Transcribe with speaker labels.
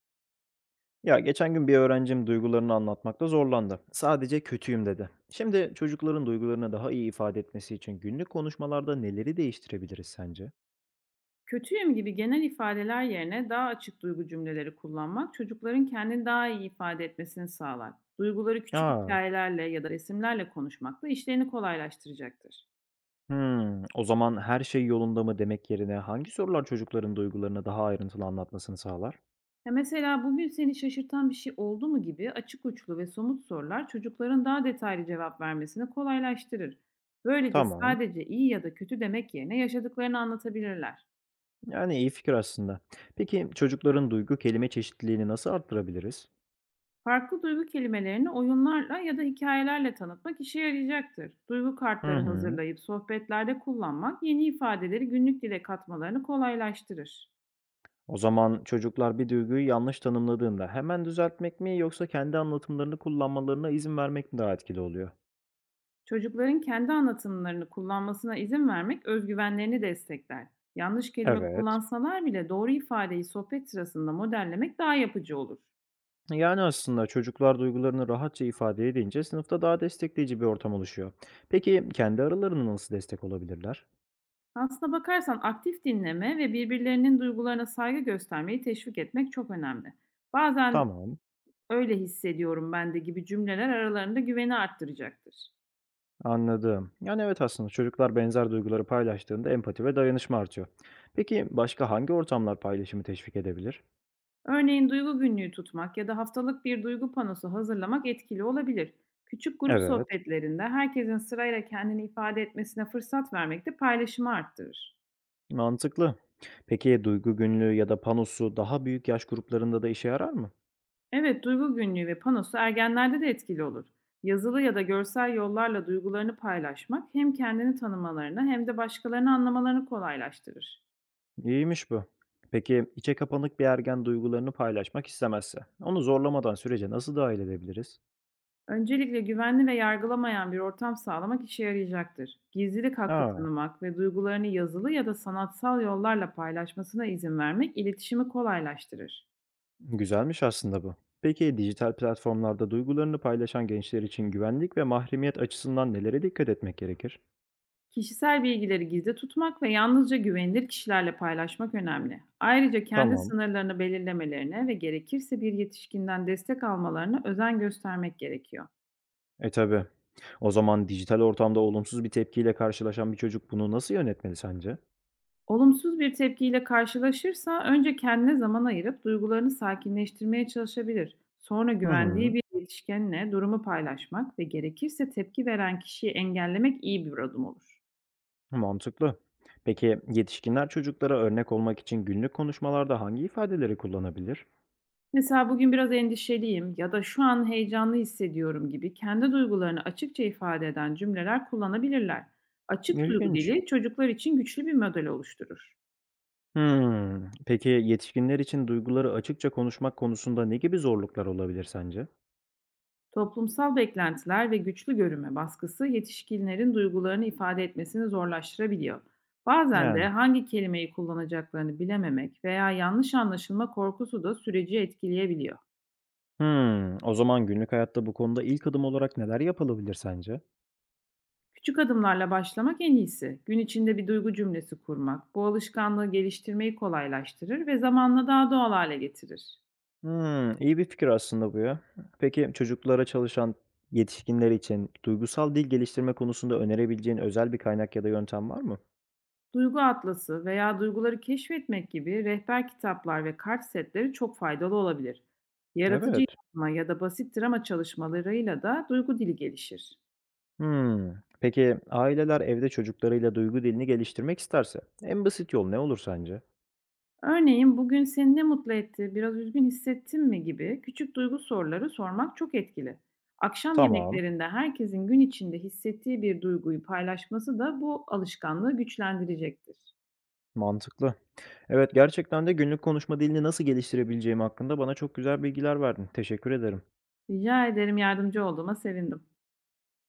Speaker 1: Ya geçen gün bir öğrencim duygularını anlatmakta zorlandı. Sadece kötüyüm dedi. Şimdi çocukların duygularını daha iyi ifade etmesi için günlük konuşmalarda neleri değiştirebiliriz sence?
Speaker 2: "Kötüyüm" gibi genel ifadeler yerine daha açık duygu cümleleri kullanmak çocukların kendini daha iyi ifade etmesini sağlar. Duyguları küçük
Speaker 1: Aa,
Speaker 2: hikayelerle ya da resimlerle konuşmak da işlerini kolaylaştıracaktır.
Speaker 1: o zaman her şey yolunda mı demek yerine hangi sorular çocukların duygularını daha ayrıntılı anlatmasını sağlar?
Speaker 2: Ya mesela "Bugün seni şaşırtan bir şey oldu mu?" gibi açık uçlu ve somut sorular çocukların daha detaylı cevap vermesini kolaylaştırır. Böylece
Speaker 1: Tamam.
Speaker 2: sadece iyi ya da kötü demek yerine yaşadıklarını anlatabilirler.
Speaker 1: Yani iyi fikir aslında. Peki çocukların duygu kelime çeşitliliğini nasıl arttırabiliriz?
Speaker 2: Farklı duygu kelimelerini oyunlarla ya da hikayelerle tanıtmak işe yarayacaktır. Duygu
Speaker 1: Hı
Speaker 2: kartları
Speaker 1: hı.
Speaker 2: hazırlayıp sohbetlerde kullanmak yeni ifadeleri günlük dile katmalarını kolaylaştırır.
Speaker 1: O zaman çocuklar bir duyguyu yanlış tanımladığında hemen düzeltmek mi yoksa kendi anlatımlarını kullanmalarına izin vermek mi daha etkili oluyor?
Speaker 2: Çocukların kendi anlatımlarını kullanmasına izin vermek özgüvenlerini destekler. Yanlış kelime
Speaker 1: Evet.
Speaker 2: kullansalar bile doğru ifadeyi sohbet sırasında modellemek daha yapıcı olur.
Speaker 1: Yani aslında çocuklar duygularını rahatça ifade edince sınıfta daha destekleyici bir ortam oluşuyor. Peki kendi aralarında nasıl destek olabilirler?
Speaker 2: Aslına bakarsan, aktif dinleme ve birbirlerinin duygularına saygı göstermeyi teşvik etmek çok önemli. Bazen
Speaker 1: Tamam,
Speaker 2: "Öyle hissediyorum ben de." gibi cümleler aralarında güveni arttıracaktır.
Speaker 1: anladım. Yani evet aslında çocuklar benzer duyguları paylaştığında empati ve dayanışma artıyor. Peki başka hangi ortamlar paylaşımı teşvik edebilir?
Speaker 2: Örneğin, duygu günlüğü tutmak ya da haftalık bir duygu panosu hazırlamak etkili olabilir. Küçük grup
Speaker 1: Evet.
Speaker 2: sohbetlerinde herkesin sırayla kendini ifade etmesine fırsat vermek de paylaşımı arttırır.
Speaker 1: Mantıklı. Peki duygu günlüğü ya da panosu daha büyük yaş gruplarında da işe yarar mı?
Speaker 2: Evet, duygu günlüğü ve panosu ergenlerde de etkili olur. Yazılı ya da görsel yollarla duygularını paylaşmak, hem kendini tanımalarını hem de başkalarını anlamalarını kolaylaştırır.
Speaker 1: İyiymiş bu. Peki içe kapanık bir ergen duygularını paylaşmak istemezse, onu zorlamadan sürece nasıl dahil edebiliriz?
Speaker 2: Öncelikle, güvenli ve yargılamayan bir ortam sağlamak işe yarayacaktır. Gizlilik hakkı
Speaker 1: Aa,
Speaker 2: tanımak ve duygularını yazılı ya da sanatsal yollarla paylaşmasına izin vermek iletişimi kolaylaştırır.
Speaker 1: güzelmiş aslında bu. Peki dijital platformlarda duygularını paylaşan gençler için güvenlik ve mahremiyet açısından nelere dikkat etmek gerekir?
Speaker 2: Kişisel bilgileri gizli tutmak ve yalnızca güvenilir kişilerle paylaşmak önemli. Ayrıca, kendi
Speaker 1: Tamam.
Speaker 2: sınırlarını belirlemelerine ve gerekirse bir yetişkinden destek almalarına özen göstermek gerekiyor.
Speaker 1: E tabi. O zaman dijital ortamda olumsuz bir tepkiyle karşılaşan bir çocuk bunu nasıl yönetmeli sence?
Speaker 2: Olumsuz bir tepkiyle karşılaşırsa, önce kendine zaman ayırıp duygularını sakinleştirmeye çalışabilir. Sonra
Speaker 1: Hı
Speaker 2: güvendiği
Speaker 1: hı.
Speaker 2: bir yetişkenle durumu paylaşmak ve gerekirse tepki veren kişiyi engellemek iyi bir adım olur.
Speaker 1: Mantıklı. Peki yetişkinler çocuklara örnek olmak için günlük konuşmalarda hangi ifadeleri kullanabilir?
Speaker 2: Mesela, "Bugün biraz endişeliyim" ya da "Şu an heyecanlı hissediyorum" gibi kendi duygularını açıkça ifade eden cümleler kullanabilirler. Açık duygu
Speaker 1: İlginç.
Speaker 2: dili, çocuklar için güçlü bir model oluşturur.
Speaker 1: Hmm. Peki yetişkinler için duyguları açıkça konuşmak konusunda ne gibi zorluklar olabilir sence?
Speaker 2: Toplumsal beklentiler ve güçlü görünme baskısı, yetişkinlerin duygularını ifade etmesini zorlaştırabiliyor. Bazen de
Speaker 1: Yani.
Speaker 2: hangi kelimeyi kullanacaklarını bilememek veya yanlış anlaşılma korkusu da süreci etkileyebiliyor.
Speaker 1: Hmm. O zaman günlük hayatta bu konuda ilk adım olarak neler yapılabilir sence?
Speaker 2: Küçük adımlarla başlamak en iyisi. Gün içinde bir duygu cümlesi kurmak, bu alışkanlığı geliştirmeyi kolaylaştırır ve zamanla daha doğal hale getirir.
Speaker 1: Hmm. İyi bir fikir aslında bu ya. Peki çocuklara çalışan yetişkinler için duygusal dil geliştirme konusunda önerebileceğin özel bir kaynak ya da yöntem var mı?
Speaker 2: Duygu atlası veya duyguları keşfetmek gibi rehber kitaplar ve kart setleri çok faydalı olabilir. Yaratıcı
Speaker 1: Evet.
Speaker 2: yazma ya da basit drama çalışmalarıyla da duygu dili gelişir.
Speaker 1: Hımm. Peki aileler evde çocuklarıyla duygu dilini geliştirmek isterse en basit yol ne olur sence?
Speaker 2: Örneğin, "Bugün seni ne mutlu etti, biraz üzgün hissettin mi?" gibi küçük duygu soruları sormak çok etkili. Akşam
Speaker 1: Tamam,
Speaker 2: yemeklerinde herkesin gün içinde hissettiği bir duyguyu paylaşması da bu alışkanlığı güçlendirecektir.
Speaker 1: mantıklı. Evet, gerçekten de günlük konuşma dilini nasıl geliştirebileceğim hakkında bana çok güzel bilgiler verdin. Teşekkür ederim.
Speaker 2: Rica ederim, yardımcı olduğuma sevindim.